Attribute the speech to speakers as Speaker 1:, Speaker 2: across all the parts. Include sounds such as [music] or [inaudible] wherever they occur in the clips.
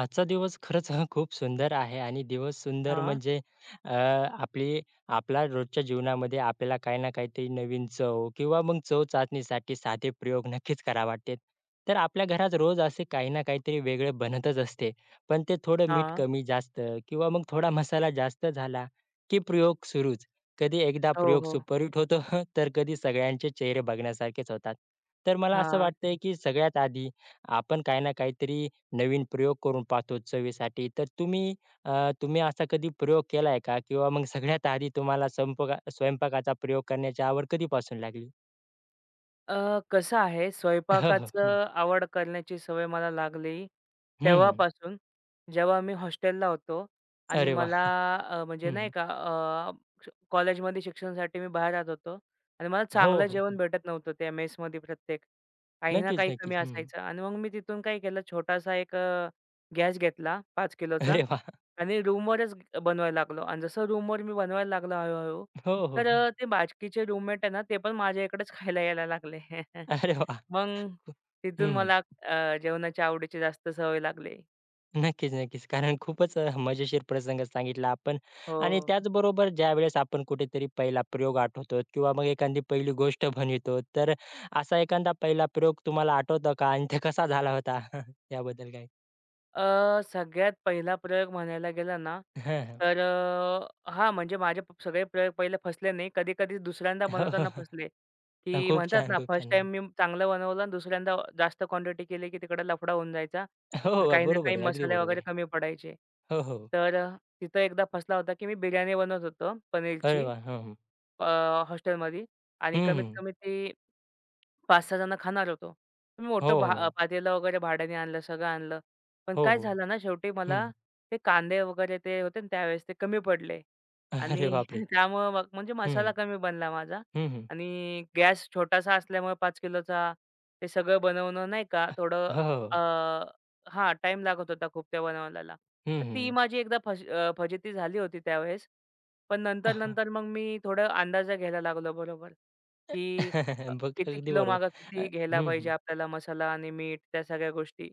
Speaker 1: आजचा दिवस खरंच हा खूप सुंदर आहे आणि दिवस सुंदर
Speaker 2: हां,
Speaker 1: म्हणजे अ, आपली आपला रोजच्या जीवनामध्ये आपल्याला काही ना काहीतरी नवीन चव किंवा मग चव चाचणीसाठी साधे प्रयोग नक्कीच करावे वाटतात. तर आपल्या घरात रोज असे काही ना काहीतरी वेगळे बनतच असते. पण ते थोडं मीठ
Speaker 2: हां.
Speaker 1: कमी जास्त किंवा मग थोडा मसाला जास्त झाला की प्रयोग सुरूच. कधी एकदा
Speaker 2: हो,
Speaker 1: प्रयोग
Speaker 2: हो.
Speaker 1: सुपरहिट होतो [laughs] तर कधी सगळ्यांचे चेहरे बघण्यासारखेच होतात. तर मला असं
Speaker 2: हां.
Speaker 1: वाटतंय की सगळ्यात आधी आपण काही ना काहीतरी नवीन प्रयोग करून पाहतो चवीसाठी. तर तुम्ही तुम्ही असा कधी प्रयोग केलाय का? किंवा मग सगळ्यात आधी तुम्हाला स्वयंपाकाचा प्रयोग करण्याची आवड कधीपासून लागली?
Speaker 2: कसं आहे
Speaker 1: [laughs] हो, हो. हं.
Speaker 2: स्वयंपाकाचं आवड करण्याची सवय मला लागली
Speaker 1: हं, हं.
Speaker 2: तेव्हापासून, जेव्हा मी हॉस्टेलला होतो आणि
Speaker 1: अरे वाह!
Speaker 2: मला म्हणजे
Speaker 1: हं,
Speaker 2: नाही
Speaker 1: हं.
Speaker 2: का कॉलेजमध्ये शिक्षणासाठी मी बाहेर राहत होतो आणि मला
Speaker 1: हो,
Speaker 2: चांगलं
Speaker 1: हो. हं.
Speaker 2: जेवण भेटत नव्हतं त्या मेसमध्ये प्रत्येक. काही ना
Speaker 1: नक्कीच,
Speaker 2: काही कमी
Speaker 1: नक्कीच. हं.
Speaker 2: असायचं आणि मग मी तिथून काय केलं छोटासा एक गॅस घेतला 5 किलोचा
Speaker 1: अरे वाह!
Speaker 2: आणि रूमवरच बनवायला लागलो आणि जसं रूमवर मी बनवायला लागलो हळू
Speaker 1: हो, हो.
Speaker 2: तर
Speaker 1: हं.
Speaker 2: ते बाकीचे रूममेट आहे ना, ते पण माझ्या इकडेच खायला यायला लागले. [laughs]
Speaker 1: अरे वाह!
Speaker 2: मग तिथून
Speaker 1: हं.
Speaker 2: मला जेवणाच्या आवडीची जास्त सवय लागली.
Speaker 1: नक्कीच, नक्कीच. कारण खूपच मजेशीर प्रसंग सांगितला आपण आणि
Speaker 2: हो.
Speaker 1: त्याचबरोबर ज्यावेळेस आपण कुठेतरी पहिला प्रयोग आठवतो किंवा मग एखादी पहिली गोष्ट बनवितो, तर असा एखादा पहिला प्रयोग तुम्हाला आठवतो का? आणि ते कसा झाला होता? [laughs] याबद्दल काय?
Speaker 2: सगळ्यात पहिला प्रयोग म्हणायला गेला ना,
Speaker 1: हां, हां.
Speaker 2: तर हां, म्हणजे माझे सगळे प्रयोग पहिले फसले नाही. कधी-कधी दुसऱ्यांदा
Speaker 1: [laughs] हो, हो,
Speaker 2: बनवताना फसले,
Speaker 1: हो.
Speaker 2: की
Speaker 1: खूप
Speaker 2: म्हणतात
Speaker 1: छान,
Speaker 2: ना,
Speaker 1: खूप
Speaker 2: फर्स्ट
Speaker 1: छान.
Speaker 2: टाईम मी चांगलं बनवलं आणि दुसऱ्यांदा जास्त क्वांटिटी केली, की तिकडे लफडा होऊन जायचा
Speaker 1: हो,
Speaker 2: आणि
Speaker 1: हो.
Speaker 2: काही ना काही
Speaker 1: बरोबर आहे. अगदी
Speaker 2: मसाले
Speaker 1: बरोबर
Speaker 2: वगैरे
Speaker 1: आहे.
Speaker 2: कमी पडायचे.
Speaker 1: हो, हो.
Speaker 2: तर तिथं एकदा फसला होता, की मी बिर्याणी बनवत होतो
Speaker 1: अरे
Speaker 2: पनीरची.
Speaker 1: वाह! हं, हं.
Speaker 2: अ, हॉस्टेलमध्ये
Speaker 1: हं,
Speaker 2: आणि कमीत
Speaker 1: हं.
Speaker 2: कमी ते 5-6 जण खाणार होतो. मी
Speaker 1: हो,
Speaker 2: मोठं
Speaker 1: हो.
Speaker 2: पातेलं वगैरे भाड्याने आणलं, सगळं आणलं. पण
Speaker 1: हो,
Speaker 2: काय
Speaker 1: हो.
Speaker 2: झालं ना शेवटी
Speaker 1: हं.
Speaker 2: मला ते कांदे वगैरे ते होते ना त्यावेळेस ते कमी पडले.
Speaker 1: [laughs] अरे
Speaker 2: आणि
Speaker 1: बापरे!
Speaker 2: [laughs] त्यामुळं मग म्हणजे मसाला
Speaker 1: हं.
Speaker 2: कमी बनला माझा
Speaker 1: हं, हं.
Speaker 2: आणि गॅस छोटासा असल्यामुळे 5 किलोचा ते सगळं बनवणं नाही का थोडं
Speaker 1: हो,
Speaker 2: अ,
Speaker 1: हो.
Speaker 2: हां, टाईम लागत होता खूप त्या बनवल्याला.
Speaker 1: हं,
Speaker 2: तर ती
Speaker 1: हं.
Speaker 2: माझी एकदा फजिती झाली होती त्यावेळेस. पण नंतर-नंतर मग मी थोडं अंदाजा घ्यायला लागलो बरोबर, की
Speaker 1: [laughs] बघ
Speaker 2: किती
Speaker 1: अगदी
Speaker 2: किलो
Speaker 1: बरोबर.
Speaker 2: मागे किती
Speaker 1: अ,
Speaker 2: घ्यायला
Speaker 1: हं,
Speaker 2: पाहिजे
Speaker 1: हं.
Speaker 2: आपल्याला मसाला आणि मीठ त्या सगळ्या गोष्टी.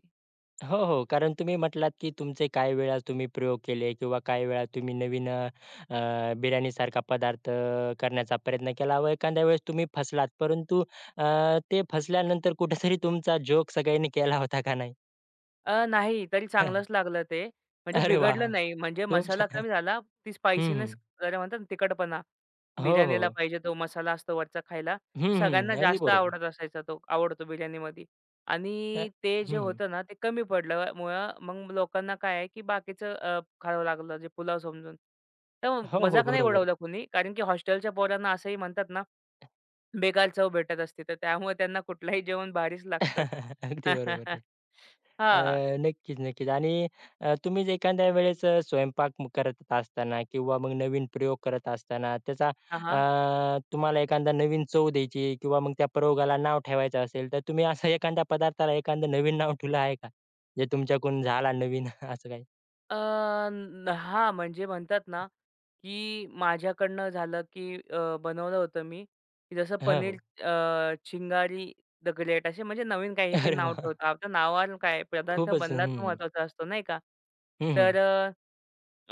Speaker 1: हो, हो. कारण तुम्ही म्हटलात, की तुमचे काही वेळा तुम्ही प्रयोग केले किंवा काही वेळा तुम्ही नवीन बिर्याणीसारखा पदार्थ करण्याचा प्रयत्न केला व एखाद्या वेळेस तुम्ही फसलात. परंतु अ, ते फसल्यानंतर कुठेतरी तुमचा जोक सगळ्यांनी केला होता का नाही?
Speaker 2: नाही. तरी चांगलंच
Speaker 1: [laughs]
Speaker 2: लागलं ते. म्हणजे
Speaker 1: अरे वाह!
Speaker 2: बिघडलं नाही. म्हणजे
Speaker 1: खूप
Speaker 2: मसाला
Speaker 1: छान.
Speaker 2: कमी झाला. ती
Speaker 1: हं,
Speaker 2: स्पायसीनेस
Speaker 1: हं.
Speaker 2: जरा म्हणतात ना तिखटपणा.
Speaker 1: हो, हो.
Speaker 2: बिर्याणीला
Speaker 1: हो.
Speaker 2: पाहिजे तो मसाला असतो वरचा खायला.
Speaker 1: हं, हं.
Speaker 2: सगळ्यांना
Speaker 1: अगदी
Speaker 2: जास्त
Speaker 1: बरोबर.
Speaker 2: आवडत असायचा तो. आवडतो बिर्याणीमध्ये.
Speaker 1: अ,
Speaker 2: आणि ते जे
Speaker 1: हं, हं.
Speaker 2: होतं ना ते कमी पडलं मुळं मग लोकांना काय आहे, की बाकीचं खावं लागलं जे पुलाव समजून. तर
Speaker 1: हो, हो.
Speaker 2: मजाक नाही
Speaker 1: बरोबर
Speaker 2: उडवला
Speaker 1: आहे.
Speaker 2: कुणी. कारण की हॉस्टेलच्या पोरांना असंही म्हणतात ना बेकार चव भेटत असते. तर त्यामुळे त्यांना कुठलंही जेवण भारीच लागतं.
Speaker 1: [laughs] अगदी बरोबर
Speaker 2: [laughs]
Speaker 1: अ,
Speaker 2: हां.
Speaker 1: नक्कीच, नक्कीच. आणि तुम्ही जर एखाद्या वेळेस स्वयंपाक करत असताना किंवा मग नवीन प्रयोग करत असताना त्याचा
Speaker 2: हां, हां.
Speaker 1: तुम्हाला एखादा नवीन चव द्यायची किंवा मग त्या प्रयोगाला नाव ठेवायचं असेल, तर तुम्ही असं एखाद्या पदार्थाला एखादं नवीन नाव ठेवलं आहे का? जे तुमच्याकडून झाला नवीन [laughs] असं काही?
Speaker 2: अ, न हां, म्हणजे म्हणतात ना, की माझ्याकडनं झालं, की बनवलं होतं मी, की जसं
Speaker 1: हो,
Speaker 2: पनीर
Speaker 1: हो.
Speaker 2: चिंगारी द ग्रेट असे म्हणजे नवीन काही पण
Speaker 1: अरे
Speaker 2: नाव
Speaker 1: वाह!
Speaker 2: ठेवतो. आपल्या नावावर काय पदार्थ
Speaker 1: खूपच
Speaker 2: बनला
Speaker 1: हं.
Speaker 2: तो महत्त्वाचा असतो, नाही का?
Speaker 1: हं, हं.
Speaker 2: तर अ,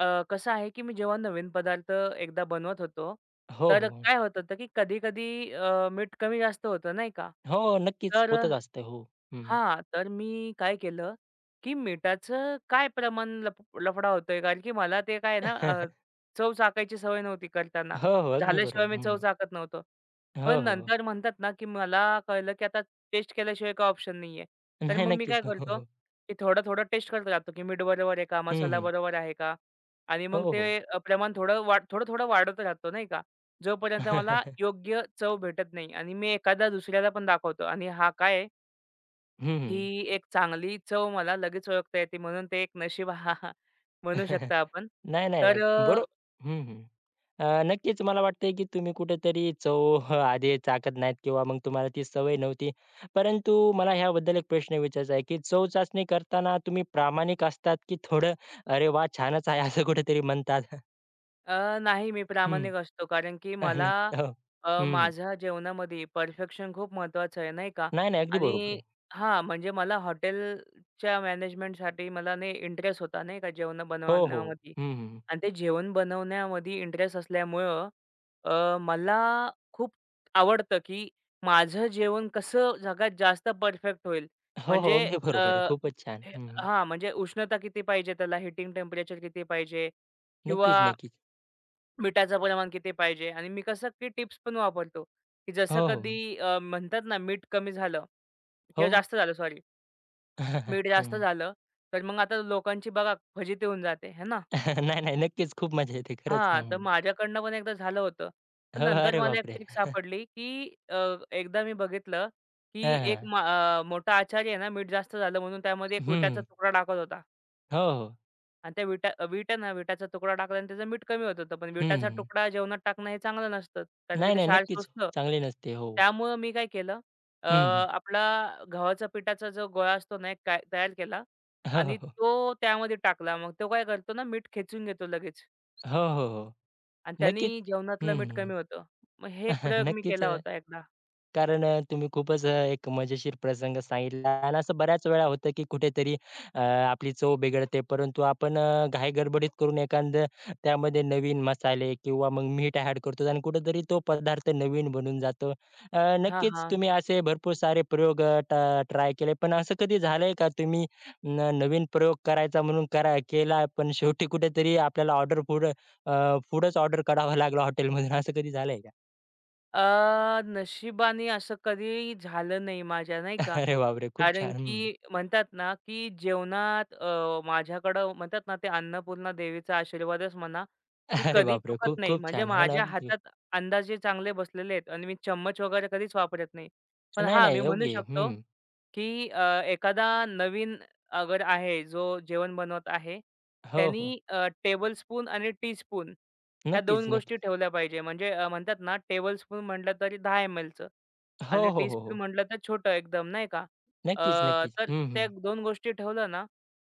Speaker 2: अ, कसं आहे, की मी जेव्हा नवीन पदार्थ एकदा बनवत होतो,
Speaker 1: हो,
Speaker 2: तर
Speaker 1: हो.
Speaker 2: काय होत होतं, की कधी-कधी मीठ कमी जास्त होतं, नाही का?
Speaker 1: हो, हो, नक्कीच
Speaker 2: तर
Speaker 1: होतच असतं. हो. हं.
Speaker 2: हां, तर मी काय केलं, की मिठाचं काय प्रमाण लफडा होतोय, कारण की मला ते काय आहे ना
Speaker 1: [laughs]
Speaker 2: चव चाखायची सवय नव्हती करताना.
Speaker 1: हो, हो. अगदी
Speaker 2: झाल्याशिवाय
Speaker 1: बरोबर.
Speaker 2: मी चव
Speaker 1: हं.
Speaker 2: चाखत नव्हतो.
Speaker 1: हो,
Speaker 2: पण
Speaker 1: हो. हो.
Speaker 2: नंतर म्हणतात ना, की मला कळलं, की आता टेस्ट केल्याशिवाय काही ऑप्शन नाहीये. तर
Speaker 1: नाही
Speaker 2: मग मी
Speaker 1: नक्कीच.
Speaker 2: काय
Speaker 1: हो, हो.
Speaker 2: करतो,
Speaker 1: हो.
Speaker 2: की थोडं-थोडं टेस्ट करत राहतो, की मीठ बरोबर आहे का?
Speaker 1: हं,
Speaker 2: मसाला
Speaker 1: हं.
Speaker 2: बरोबर आहे का? आणि मग
Speaker 1: हो, हो.
Speaker 2: ते प्रमाण थोडं-थोडं वाढत राहतो नाही का, जोपर्यंत मला
Speaker 1: हं.
Speaker 2: योग्य चव भेटत नाही आणि मी एखादा दुसऱ्याला पण दाखवतो आणि हा काय आहे ही एक चांगली चव मला लगेच ओळखता येते म्हणून ते एक नशीब [laughs] हा हा म्हणू
Speaker 1: [laughs]
Speaker 2: शकता आपण.
Speaker 1: नाही, नाही,
Speaker 2: तर
Speaker 1: नाही. बरो हं, हं. नक्कीच मला वाटतंय की तुम्ही कुठेतरी चव [laughs] आधी चाखत नाहीत किंवा मग तुम्हाला ती सवय नव्हती. परंतु मला ह्याबद्दल एक प्रश्न विचारायचा आहे, की चव चाचणी करताना तुम्ही प्रामाणिक असतात की थोडं "अरे वाह! छानच आहे" असं कुठेतरी म्हणतात? [laughs]
Speaker 2: अ, नाही मी
Speaker 1: हं.
Speaker 2: प्रामाणिक असतो कारण की
Speaker 1: [laughs]
Speaker 2: मला
Speaker 1: नक्की हो. हं.
Speaker 2: माझ्या जेवणामध्ये परफेक्शन खूप महत्त्वाचं आहे नाही का
Speaker 1: नाही, नाही. अगदी बरोबर
Speaker 2: आणि
Speaker 1: आहे.
Speaker 2: हां, म्हणजे मला हॉटेलच्या मॅनेजमेंटसाठी मला नाही इंटरेस्ट होता नाही का जेवण
Speaker 1: हो, हो.
Speaker 2: बनवण्यामध्ये
Speaker 1: हं,
Speaker 2: आणि ते जेवण बनवण्यामध्ये इंटरेस्ट असल्यामुळं मला खूप आवडतं की माझं जेवण कसं सगळ्यात जास्त परफेक्ट होईल.
Speaker 1: हो, हो.
Speaker 2: म्हणजे
Speaker 1: अगदी
Speaker 2: अ,
Speaker 1: बरोबर आहे. खूपच छान.
Speaker 2: हे
Speaker 1: हं.
Speaker 2: हां, म्हणजे उष्णता किती पाहिजे त्याला, हीटिंग टेम्परेचर किती पाहिजे
Speaker 1: नक्कीच,
Speaker 2: किंवा
Speaker 1: नक्कीच.
Speaker 2: मिठाचं प्रमाण किती पाहिजे आणि मी कसं की टिप्स पण वापरतो, की जसं
Speaker 1: हो, हो.
Speaker 2: कधी म्हणतात ना मीठ कमी झालं
Speaker 1: हो.
Speaker 2: किंवा जास्त झालं सॉरी.
Speaker 1: [laughs]
Speaker 2: मीठ जास्त
Speaker 1: हं.
Speaker 2: झालं, तर मग आता लोकांची बघा फजिती होऊन जाते, है ना?
Speaker 1: [laughs] नाही, नाही. नक्कीच खूप मजा येते खरंच.
Speaker 2: हां,
Speaker 1: हं.
Speaker 2: तर माझ्याकडनं पण एकदा झालं होतं. पण
Speaker 1: हो,
Speaker 2: नंतर
Speaker 1: अरे
Speaker 2: मला एक
Speaker 1: बापरे!
Speaker 2: ट्रिक सापडली, की एकदा मी बघितलं, की
Speaker 1: हां, हां.
Speaker 2: मोठा आचारी आहे ना, मीठ जास्त झालं म्हणून त्यामध्ये एक विटाचा
Speaker 1: हं.
Speaker 2: तुकडा टाकत होता.
Speaker 1: हो, हो.
Speaker 2: आणि त्या विट आहे ना, विटाचा तुकडा टाकला आणि त्याचं मीठ कमी होत होतं. पण विटाचा
Speaker 1: हं.
Speaker 2: तुकडा जेवणात टाकणं हे चांगलं नसतं. कारण की
Speaker 1: नाही,
Speaker 2: ते
Speaker 1: नाही.
Speaker 2: क्षार
Speaker 1: नक्कीच हो.
Speaker 2: शोषतं.
Speaker 1: चांगली नसते. हो.
Speaker 2: त्यामुळं मी काय केलं
Speaker 1: हं, हं.
Speaker 2: आपला गव्हाच्या पिठाचा जो गोळा असतो ना, एक काय तयार केला
Speaker 1: हो, हो,
Speaker 2: आणि
Speaker 1: हो.
Speaker 2: तो त्यामध्ये टाकला. मग तो काय करतो ना, मीठ खेचून घेतो लगेच
Speaker 1: हो, हो, हो.
Speaker 2: आणि
Speaker 1: नक्कीच.
Speaker 2: त्यानी जेवणातलं मीठ
Speaker 1: हं,
Speaker 2: कमी होतं. मग हे एक
Speaker 1: [laughs]
Speaker 2: प्रयोग मी
Speaker 1: नक्कीच
Speaker 2: केला होता एकदा.
Speaker 1: कारण तुम्ही खूपच एक मजेशीर प्रसंग सांगितला आणि असं बऱ्याच वेळा होतं, की कुठेतरी आपली चव बिघडते. परंतु आपण घाई-गडबडीत करून एखादं त्यामध्ये नवीन मसाले किंवा मग मीठ ॲड करतो आणि कुठेतरी तो पदार्थ नवीन बनून जातो.
Speaker 2: हां,
Speaker 1: नक्कीच
Speaker 2: हां.
Speaker 1: तुम्ही असे भरपूर सारे प्रयोग ट्राय केले. पण असं कधी झालंय का तुम्ही नवीन प्रयोग करायचा म्हणून करा केला, पण शेवटी कुठेतरी आपल्याला ऑर्डर फूड फूडच ऑर्डर करावा लागला हॉटेलमधून असं कधी झालंय का?
Speaker 2: नशिबाने असं कधी झालं नाही माझ्या नाही
Speaker 1: [laughs]
Speaker 2: का.
Speaker 1: अरे बापरे! खूप
Speaker 2: कारण
Speaker 1: छान.
Speaker 2: की म्हणतात ना, की जेवणात माझ्याकडं म्हणतात ना, ते अन्नपूर्णा देवीचा आशीर्वादच म्हणा, की
Speaker 1: अरे
Speaker 2: कधी
Speaker 1: बापरे!
Speaker 2: चुकत
Speaker 1: खूप,
Speaker 2: नाही.
Speaker 1: खूप
Speaker 2: म्हणजे
Speaker 1: छान. हो ना,
Speaker 2: माझ्या
Speaker 1: अगदी.
Speaker 2: हातात अंदाजे चांगले बसलेले आहेत आणि मी चम्मच वगैरे कधीच वापरत नाही. पण
Speaker 1: नाही,
Speaker 2: हां, मी
Speaker 1: नाही,
Speaker 2: म्हणू
Speaker 1: योग्य आहे.
Speaker 2: शकतो,
Speaker 1: हं.
Speaker 2: की एखादा नवीन अगर आहे, जो जेवण बनवत आहे,
Speaker 1: हो, हो.
Speaker 2: त्यांनी टेबल स्पून आणि टीस्पून ह्या
Speaker 1: नक्कीच,
Speaker 2: 2
Speaker 1: नक्कीच.
Speaker 2: गोष्टी ठेवल्या पाहिजे. म्हणजे म्हणतात ना, टेबल स्पून म्हटलं तरी 10 एम एलचं
Speaker 1: हो,
Speaker 2: आणि
Speaker 1: हो, हो,
Speaker 2: टीस्पून
Speaker 1: हो.
Speaker 2: म्हटलं तर छोटं एकदम, नाही का? अ,
Speaker 1: नक्कीच, नक्कीच.
Speaker 2: तर
Speaker 1: हं,
Speaker 2: त्या
Speaker 1: हं.
Speaker 2: 2 गोष्टी ठेवल्या ना,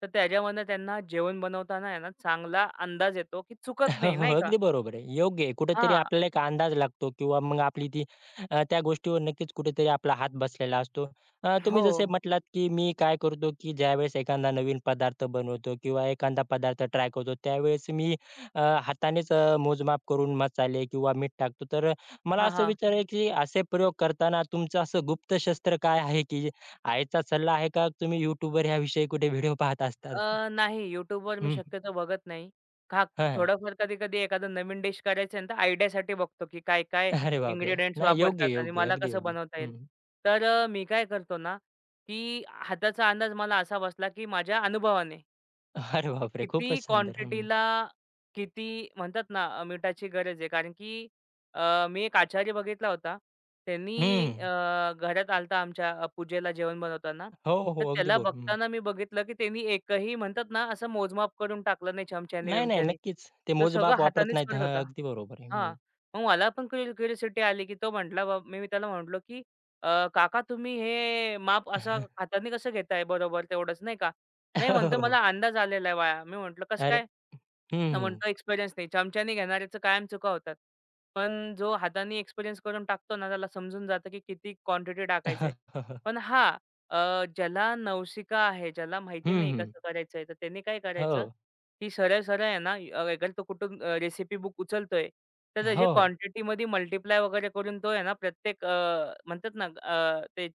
Speaker 2: तर त्याच्यामधनं त्यांना जेवण बनवताना आहे ना, चांगला अंदाज येतो, की चुकत
Speaker 1: [laughs] हो,
Speaker 2: नाही,
Speaker 1: हो.
Speaker 2: नाही का?
Speaker 1: अगदी बरोबर आहे. योग्य आहे. कुठेतरी
Speaker 2: हां.
Speaker 1: आपल्याला एक अंदाज लागतो किंवा मग आपली ती त्या गोष्टीवर नक्कीच कुठेतरी आपला हात बसलेला असतो. तुम्ही
Speaker 2: हो.
Speaker 1: जसे म्हटलात, की मी काय करतो, की ज्यावेळेस एखादा नवीन पदार्थ बनवतो किंवा एखादा पदार्थ ट्राय करतो, त्यावेळेस मी अ, हातानेच मोजमाप करून मसाले किंवा मीठ टाकतो. तर मला
Speaker 2: हां,
Speaker 1: असं
Speaker 2: हां.
Speaker 1: विचारायचं की असे प्रयोग करताना तुमचं असं गुप्त शस्त्र काय आहे, की आईचा सल्ला आहे का तुम्ही YouTubeवर ह्याविषयी कुठे व्हिडिओ पाहत असतात? [laughs]
Speaker 2: नाही YouTubeवर मी
Speaker 1: हं.
Speaker 2: शक्यतो बघत नाही. हां,
Speaker 1: हं,
Speaker 2: थोडंफार कधी-कधी एखादं नवीन डिश करायचं आहे ना, तर आयडियासाठी बघतो, की काय-काय
Speaker 1: अरे बापरे!
Speaker 2: इन्ग्रीडियंट्स
Speaker 1: नाही योग्य,
Speaker 2: वापरतात आणि
Speaker 1: योग्य.
Speaker 2: मला
Speaker 1: अगदी
Speaker 2: कसं
Speaker 1: योग्य.
Speaker 2: बनवता येईल.
Speaker 1: हं.
Speaker 2: तर मी काय करतो ना, की हाताचा अंदाज मला असा बसला, की माझ्या अनुभवाने.
Speaker 1: अरे
Speaker 2: ते
Speaker 1: बापरे! खूपच
Speaker 2: किती
Speaker 1: सुंदर. हं.
Speaker 2: क्वांटिटीला किती म्हणतात ना मिठाची गरज आहे. कारण की मी एक आचार्य बघितला होता. त्यांनी
Speaker 1: हं.
Speaker 2: घरात आला होता आमच्या पूजेला जेवण बनवताना.
Speaker 1: हो, हो. हो,
Speaker 2: तर
Speaker 1: अगदी
Speaker 2: त्याला
Speaker 1: बरोबर. हं.
Speaker 2: बघताना मी बघितलं, की त्यांनी एकही म्हणतात ना असं मोजमाप करून टाकलं नाही
Speaker 1: नाही, नाही.
Speaker 2: चमच्यानी-बिमच्यानी.
Speaker 1: नक्कीच. ते
Speaker 2: तो सगळं
Speaker 1: मोजमाप वापरत
Speaker 2: हातानेच
Speaker 1: नाहीत.
Speaker 2: करत
Speaker 1: हां,
Speaker 2: होता.
Speaker 1: अगदी बरोबर आहे. हं.
Speaker 2: हां. मग मला पण क्यू आली, की तो म्हटला बा मी त्याला म्हटलो, की काका तुम्ही हे माप असं
Speaker 1: [laughs]
Speaker 2: हाताने कसं घेताय बरोबर तेवढंच नाही का?" "नाही,"
Speaker 1: हो,
Speaker 2: म्हणतो,
Speaker 1: हो.
Speaker 2: "मला अंदाज आलेला आहे वाया." मी म्हटलं, "कसं
Speaker 1: अरे
Speaker 2: काय?" तर
Speaker 1: हं.
Speaker 2: म्हणतो, "एक्सपिरियन्स नाही. चमच्याने घेणाऱ्याचं कायम चुका होतात. पण जो हाताने एक्सपिरियन्स करून टाकतो ना, त्याला समजून जातं, की किती क्वांटिटी
Speaker 1: हं,
Speaker 2: टाकायचं
Speaker 1: [laughs]
Speaker 2: पण हां, ज्याला नवशिका आहे, ज्याला माहिती नाही कसं करायचंय, तर त्यांनी काय करायचं,
Speaker 1: हो,
Speaker 2: ती सरळ-सरळ आहे ना, अगर तो कुठून रेसिपी बुक उचलतोय, तर त्याची
Speaker 1: हो, हो.
Speaker 2: क्वांटिटीमध्ये मल्टिप्लाय वगैरे करून तो आहे ना, प्रत्येक म्हणतात ना ते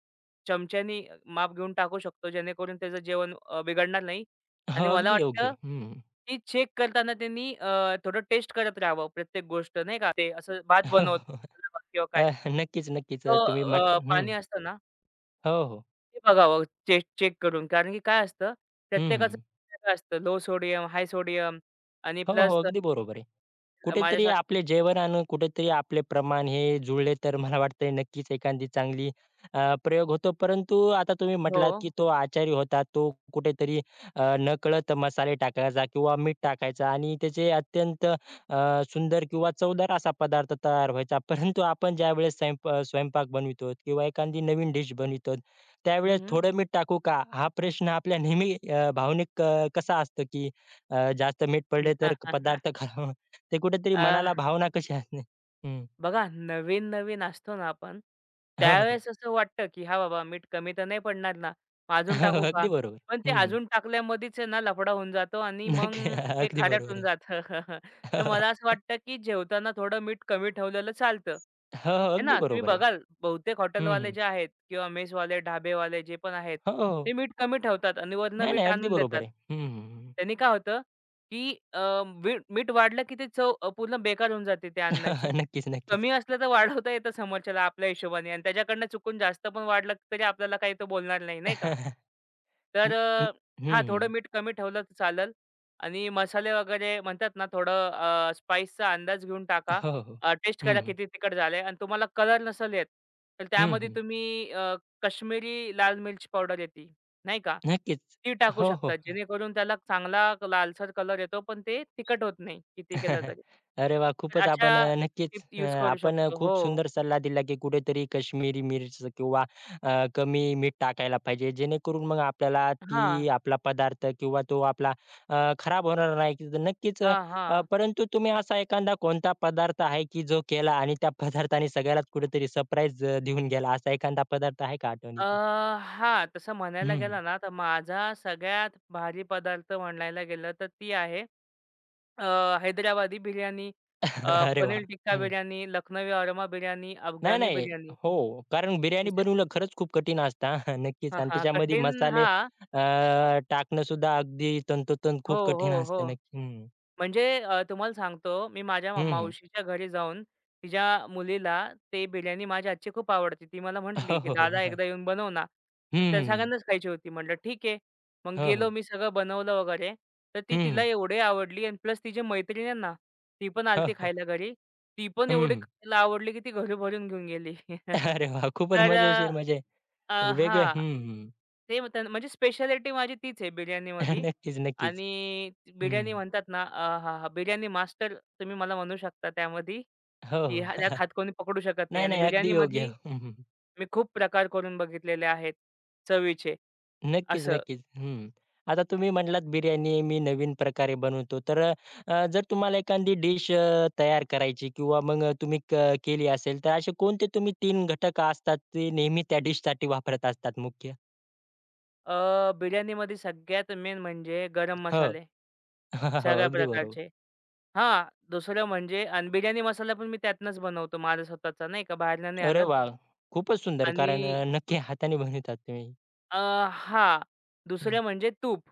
Speaker 2: चमच्यानी माप घेऊन टाकू शकतो, जेणेकरून त्याचं जेवण बिघडणार नाही.
Speaker 1: हो,
Speaker 2: आणि मला
Speaker 1: अगदी योग्य
Speaker 2: वाटतं,
Speaker 1: आहे. हं.
Speaker 2: की चेक करताना त्यांनी थोडं टेस्ट करत राहावं प्रत्येक गोष्ट नाही का. ते असं भात
Speaker 1: [laughs] हो,
Speaker 2: बनवत
Speaker 1: हो.
Speaker 2: किंवा काय.
Speaker 1: नक्कीच, नक्कीच.
Speaker 2: तर
Speaker 1: तुम्ही म्हट
Speaker 2: पाणी
Speaker 1: हं.
Speaker 2: असतं ना
Speaker 1: हो, हो.
Speaker 2: ते बघावं चेक चेक करून. कारण की काय असतं
Speaker 1: हं,
Speaker 2: प्रत्येकाचं
Speaker 1: हं.
Speaker 2: वेगवेगळं असतं. लो सोडियम, हाय सोडियम आणि
Speaker 1: हो, हो.
Speaker 2: प्लस
Speaker 1: अगदी बरोबर आहे. कुठेतरी
Speaker 2: माझ्यासाठी
Speaker 1: आपले जेवण आणि कुठेतरी आपले प्रमाण हे जुळले तर मला वाटतंय नक्कीच एखादी चांगली अ, प्रयोग होतो. परंतु आता तुम्ही
Speaker 2: हो.
Speaker 1: म्हटलात, की तो आचारी होता तो कुठेतरी नकळत मसाले टाकायचा किंवा मीठ टाकायचा आणि त्याचे अत्यंत सुंदर किंवा चवदार असा पदार्थ तयार व्हायचा. परंतु आपण ज्यावेळेस स्वयंपाक बनवितो किंवा एखादी नवीन डिश बनवितो, त्यावेळेस
Speaker 2: हं, हं.
Speaker 1: थोडं मीठ टाकू का? हा प्रश्न आपल्या नेहमी भावनिक कसा असतो, की जास्त मीठ पडले तर
Speaker 2: [laughs]
Speaker 1: पदार्थ खराब ते कुठेतरी
Speaker 2: अ,
Speaker 1: मनाला भावना कशी असणे हं.
Speaker 2: बघा नवीन-नवीन असतो ना आपण,
Speaker 1: हो, हो.
Speaker 2: त्यावेळेस असं वाटतं, की "हां बाबा, मीठ कमी तर नाही पडणार ना, मग अजून
Speaker 1: हो, हो.
Speaker 2: टाकू का?"
Speaker 1: अगदी बरोबर.
Speaker 2: पण ते
Speaker 1: हं,
Speaker 2: अजून टाकल्यामध्येच आहे ना लफडा होऊन जातो आणि मग
Speaker 1: नक्की.
Speaker 2: ते
Speaker 1: अगदी
Speaker 2: खारट
Speaker 1: बरोबर
Speaker 2: होऊन
Speaker 1: आहे.
Speaker 2: जातं. [laughs]
Speaker 1: हो,
Speaker 2: तर मला
Speaker 1: हो.
Speaker 2: असं वाटतं, की जेवताना थोडं मीठ कमी ठेवलेलं चालतं.
Speaker 1: हो, हो.
Speaker 2: आहे
Speaker 1: अगदी
Speaker 2: ना, तुम्ही
Speaker 1: बरोबर आहे.
Speaker 2: बघाल बहुतेक
Speaker 1: हं,
Speaker 2: हॉटेलवाले
Speaker 1: हं.
Speaker 2: जे आहेत किंवा मेसवाले, ढाबेवाले जे पण आहेत,
Speaker 1: हो, हो. हो.
Speaker 2: ते मीठ कमी ठेवतात आणि वरनं
Speaker 1: नाही, नाही.
Speaker 2: मीठ
Speaker 1: अगदी
Speaker 2: आणून
Speaker 1: बरोबर
Speaker 2: देतात.
Speaker 1: आहे. हं, हं.
Speaker 2: त्यांनी काय होतं, की मीठ मीठ वाढलं की ते चव पूर्ण बेकार होऊन जाते त्या अन्नाची.
Speaker 1: [laughs] नक्कीच, नक्कीच.
Speaker 2: कमी असलं तर वाढवता येतं समोरच्याला आपल्या हिशोबाने आणि त्याच्याकडनं चुकून जास्त पण वाढलं तरी आपल्याला काही तो बोलणार नाही, नाही का?
Speaker 1: न
Speaker 2: तर
Speaker 1: न हं,
Speaker 2: हां, थोडं
Speaker 1: हं.
Speaker 2: मीठ कमी ठेवलं तर चालेल आणि मसाले वगैरे म्हणतात ना थोडं स्पाइसचा अंदाज घेऊन टाका.
Speaker 1: हो, हो.
Speaker 2: टेस्ट
Speaker 1: हं,
Speaker 2: करा
Speaker 1: हं.
Speaker 2: किती तिखट झालंय आणि तुम्हाला कलर नसेल येत, तर
Speaker 1: हं,
Speaker 2: त्यामध्ये
Speaker 1: हं.
Speaker 2: तुम्ही काश्मीरी लाल मिर्च पावडर येते, नाही का?
Speaker 1: नक्कीच.
Speaker 2: ती टाकू
Speaker 1: हो, हो.
Speaker 2: शकता जेणेकरून त्याला चांगला लालसर कलर येतो, पण ते तिखट होत नाही किती केलं
Speaker 1: [laughs]
Speaker 2: तरी.
Speaker 1: अरे वा,
Speaker 2: तर
Speaker 1: खूपच आपण
Speaker 2: अशा
Speaker 1: नक्कीच
Speaker 2: टिप यूज करू
Speaker 1: आपण
Speaker 2: शकतो.
Speaker 1: खूप
Speaker 2: हो.
Speaker 1: सुंदर सल्ला दिला, की कुठेतरी काश्मीरी मिर्च किंवा कमी मीठ टाकायला पाहिजे. जेणेकरून मग आपल्याला ती
Speaker 2: हां,
Speaker 1: आपला पदार्थ किंवा तो आपला खराब होणार नाही. की तर नक्कीच
Speaker 2: हां, हां.
Speaker 1: परंतु तुम्ही असा एखादा कोणता पदार्थ आहे, की जो केला आणि त्या पदार्थाने सगळ्यालाच कुठेतरी सरप्राईज देऊन गेला, असा एखादा पदार्थ आहे का
Speaker 2: अ,
Speaker 1: आठवणीत?
Speaker 2: हां, तसं म्हणायला
Speaker 1: हं,
Speaker 2: गेलं ना, तर माझा सगळ्यात भारी पदार्थ म्हणायला गेलं तर ती आहे अ, हैदराबादी बिर्याणी,
Speaker 1: [laughs]
Speaker 2: अ,
Speaker 1: अरे वाह!
Speaker 2: पनीर टिक्का बिर्याणी, लखनवी अरमा बिर्याणी,
Speaker 1: नाही,
Speaker 2: अफगाणी
Speaker 1: नाही.
Speaker 2: बिर्याणी.
Speaker 1: हो, कारण बिर्याणी
Speaker 2: हे स
Speaker 1: बनवणं खरंच खूप कठीण असतं हां, नक्कीच
Speaker 2: हां,
Speaker 1: आणि
Speaker 2: हां.
Speaker 1: त्याच्यामध्ये
Speaker 2: कठीण
Speaker 1: मसाले
Speaker 2: हां.
Speaker 1: टाकणं सुद्धा अगदी तंतोतंत
Speaker 2: हो,
Speaker 1: खूप
Speaker 2: हो,
Speaker 1: कठीण
Speaker 2: हो.
Speaker 1: असतं नक्की. हं,
Speaker 2: म्हणजे तुम्हाला सांगतो, मी माझ्या
Speaker 1: हं, हं.
Speaker 2: मावशीच्या घरी जाऊन तिच्या मुलीला ते बिर्याणी माझ्या हातची खूप आवडते. ती मला
Speaker 1: हो,
Speaker 2: म्हटली, की
Speaker 1: हो, हो.
Speaker 2: "दादा
Speaker 1: हां.
Speaker 2: एकदा येऊन बनव ना." तर
Speaker 1: हं,
Speaker 2: त्या
Speaker 1: हं.
Speaker 2: सगळ्यांनाच खायची होती. म्हटलं, "ठीक आहे." मग
Speaker 1: हो,
Speaker 2: गेलो
Speaker 1: हो.
Speaker 2: मी सगळं बनवलं वगैरे. तर ती
Speaker 1: हं,
Speaker 2: तिला एवढी आवडली आणि प्लस तिची मैत्रीण आहे ना, ती पण
Speaker 1: हो,
Speaker 2: आली
Speaker 1: हो.
Speaker 2: खायला घरी. ती पण एवढी
Speaker 1: हं.
Speaker 2: खायला आवडली, की ती घरी भरून घेऊन गेली. [laughs]
Speaker 1: अरे वाह! खूपच
Speaker 2: तर
Speaker 1: मजेशीर म्हणजे वेगळं
Speaker 2: हां.
Speaker 1: हं,
Speaker 2: ते म्हणतात ना म्हणजे स्पेशालिटी माझी तीच आहे
Speaker 1: [laughs]
Speaker 2: बिर्याणीमध्ये
Speaker 1: नक्कीच, नक्कीच.
Speaker 2: आणि
Speaker 1: हं.
Speaker 2: बिर्याणी म्हणतात ना आहाहा! बिर्याणी मास्टर तुम्ही मला म्हणू शकता त्यामध्ये,
Speaker 1: हो,
Speaker 2: की हा
Speaker 1: हो.
Speaker 2: यात
Speaker 1: [laughs]
Speaker 2: हात कोणी पकडू शकत नाही
Speaker 1: नाही,
Speaker 2: आणि
Speaker 1: नाही. अगदी
Speaker 2: बिर्याणीमध्ये
Speaker 1: योग्य. हं,
Speaker 2: मी खूप प्रकार करून बघितलेले आहेत चवीचे
Speaker 1: नक्कीच,
Speaker 2: असं.
Speaker 1: नक्कीच. हं. आता तुम्ही म्हटलात बिर्याणी मी नवीन प्रकारे बनवतो. तर जर तुम्हाला एखादी डिश तयार करायची किंवा मग तुम्ही केली असेल, तर असे कोणते तुम्ही तीन घटक असतात ते नेहमी त्या डिशसाठी वापरत असतात मुख्य?
Speaker 2: बिर्याणीमध्ये सगळ्यात मेन म्हणजे गरम
Speaker 1: हो.
Speaker 2: मसाले
Speaker 1: [laughs] हो,
Speaker 2: सगळ्या
Speaker 1: अगदी बरोबर.
Speaker 2: प्रकारचे. हां, दुसरं म्हणजे आणि बिर्याणी मसाला पण मी त्यातनंच बनवतो माझा स्वतःचा नाही का बाहेरनं नाही
Speaker 1: अरे
Speaker 2: आणत
Speaker 1: वाह! खूपच सुंदर.
Speaker 2: आणि
Speaker 1: कारण नक्की हाताने बनवतात तुम्ही.
Speaker 2: अ, हां.
Speaker 1: हं.
Speaker 2: दुसरं म्हणजे तूप.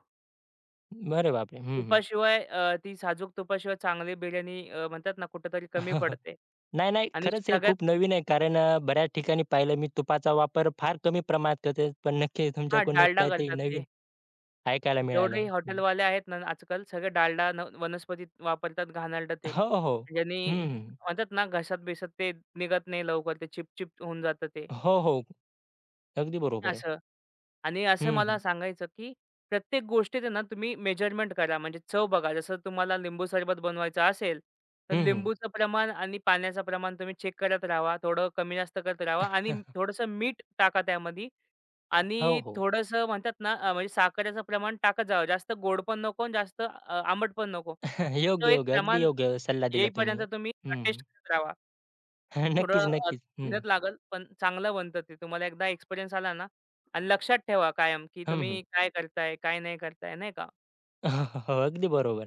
Speaker 1: अरे बापरे! हं, हं.
Speaker 2: तुपाशिवाय ती साजूक तुपाशिवाय चांगली बिर्याणी म्हणतात ना कुठेतरी कमी
Speaker 1: [laughs]
Speaker 2: पडते.
Speaker 1: नाही, नाही.
Speaker 2: आणि
Speaker 1: खरंच हे
Speaker 2: सगळ्यात
Speaker 1: खूप नवीन आहे. कारण बऱ्याच ठिकाणी पाहिलं मी तुपाचा वापर फार कमी प्रमाणात करते. पण नक्की
Speaker 2: हां,
Speaker 1: तुमच्याकडून एक
Speaker 2: डालडा
Speaker 1: काहीतरी
Speaker 2: घालतात
Speaker 1: नवीन
Speaker 2: ते.
Speaker 1: ऐकायला
Speaker 2: जेवढे
Speaker 1: मिळालं. हं.
Speaker 2: हॉटेलवाले आहेत ना आजकाल सगळे डालडा न वनस्पती वापरतात घाणेरडं ते.
Speaker 1: हो, हो. हो.
Speaker 2: ज्यांनी
Speaker 1: हं, हं.
Speaker 2: म्हणतात ना घशात-बिशात ते निघत नाही लवकर ते चिपचिप होऊन जातं ते,
Speaker 1: हो, हो. अगदी बरोबर आहे.
Speaker 2: असं. आणि असं
Speaker 1: हं,
Speaker 2: मला
Speaker 1: हं.
Speaker 2: सांगायचं, की प्रत्येक गोष्टीत आहे ना तुम्ही मेजरमेंट करा. म्हणजे चव बघा. जसं तुम्हाला लिंबू सरबत बनवायचं असेल, तर
Speaker 1: हं, हं.
Speaker 2: लिंबूचं प्रमाण आणि पाण्याचं प्रमाण तुम्ही चेक करत राहावा. थोडं कमी जास्त करत राहावा आणि थोडंसं मीठ टाका त्यामध्ये
Speaker 1: हो,
Speaker 2: आणि
Speaker 1: हो.
Speaker 2: थोडंसं म्हणतात ना म्हणजे साखरेचं प्रमाण टाकत जावं. जास्त गोड पण नको आणि जास्त आंबट पण नको.
Speaker 1: [laughs]
Speaker 2: तो
Speaker 1: योग्य,
Speaker 2: एक
Speaker 1: योग्य. अगदी
Speaker 2: प्रमाण
Speaker 1: योग्य सल्ला दिला तुम्ही.
Speaker 2: येईपर्यंत तुम्ही
Speaker 1: हं,
Speaker 2: टेस्ट
Speaker 1: हं.
Speaker 2: करत राहावा.
Speaker 1: [laughs] नक्कीच,
Speaker 2: थोडं
Speaker 1: नक्कीच. हं.
Speaker 2: मेहनत लागेल, पण चांगलं बनतं ते. तुम्हाला एकदा एक्सपिरियन्स आला ना आणि लक्षात ठेवा कायम, की
Speaker 1: हं, हं.
Speaker 2: तुम्ही काय करताय, काय नाही करताय, नाही का?
Speaker 1: [laughs] हो, हो. अगदी बरोबर.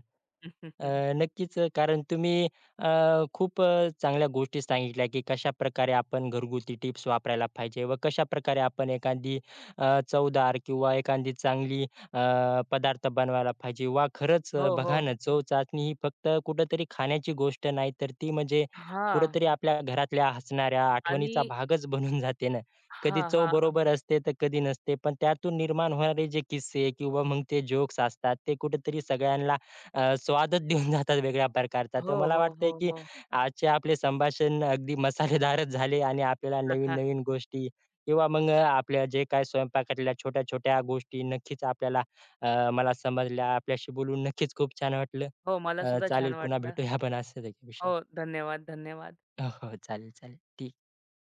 Speaker 1: अ,
Speaker 2: [laughs]
Speaker 1: नक्कीच कारण तुम्ही अ, खूप चांगल्या गोष्टी सांगितल्या, की कशाप्रकारे आपण घरगुती टिप्स वापरायला पाहिजे व कशाप्रकारे आपण एखादी चवदार किंवा एखादी चांगली पदार्थ बनवायला पाहिजे. वाह! खरंच
Speaker 2: हो,
Speaker 1: बघा
Speaker 2: हो.
Speaker 1: ना, चव चाचणी ही फक्त कुठेतरी खाण्याची गोष्ट नाही, तर ती म्हणजे
Speaker 2: हां.
Speaker 1: कुठेतरी आपल्या घरातल्या हसणाऱ्या
Speaker 2: आणि
Speaker 1: आठवणीचा भागच बनून जाते ना. कधी
Speaker 2: हां,
Speaker 1: चव
Speaker 2: हां.
Speaker 1: बरोबर असते, तर कधी नसते. पण त्यातून निर्माण होणारे जे किस्से किंवा मग ते जोक्स असतात, ते कुठेतरी सगळ्यांना स्वादच देऊन जातात वेगळ्या प्रकारचा. तर
Speaker 2: हो,
Speaker 1: मला
Speaker 2: हो,
Speaker 1: वाटतंय,
Speaker 2: हो,
Speaker 1: की
Speaker 2: हो.
Speaker 1: आजचे आपले संभाषण अगदी मसालेदारच झाले आणि आपल्याला नवीन-नवीन
Speaker 2: [laughs]
Speaker 1: गोष्टी किंवा मग आपल्या जे काही स्वयंपाकातल्या छोट्या-छोट्या गोष्टी नक्कीच आपल्याला मला समजल्या. आपल्याशी बोलून नक्कीच खूप छान वाटलं.
Speaker 2: हो, मला सुद्धा
Speaker 1: चालेल
Speaker 2: छान
Speaker 1: पुन्हा
Speaker 2: वाटलं.
Speaker 1: भेटूया आपण असंच एका
Speaker 2: हो, धन्यवाद, धन्यवाद.
Speaker 1: हो, हो. चालेल, चालेल. ठीक.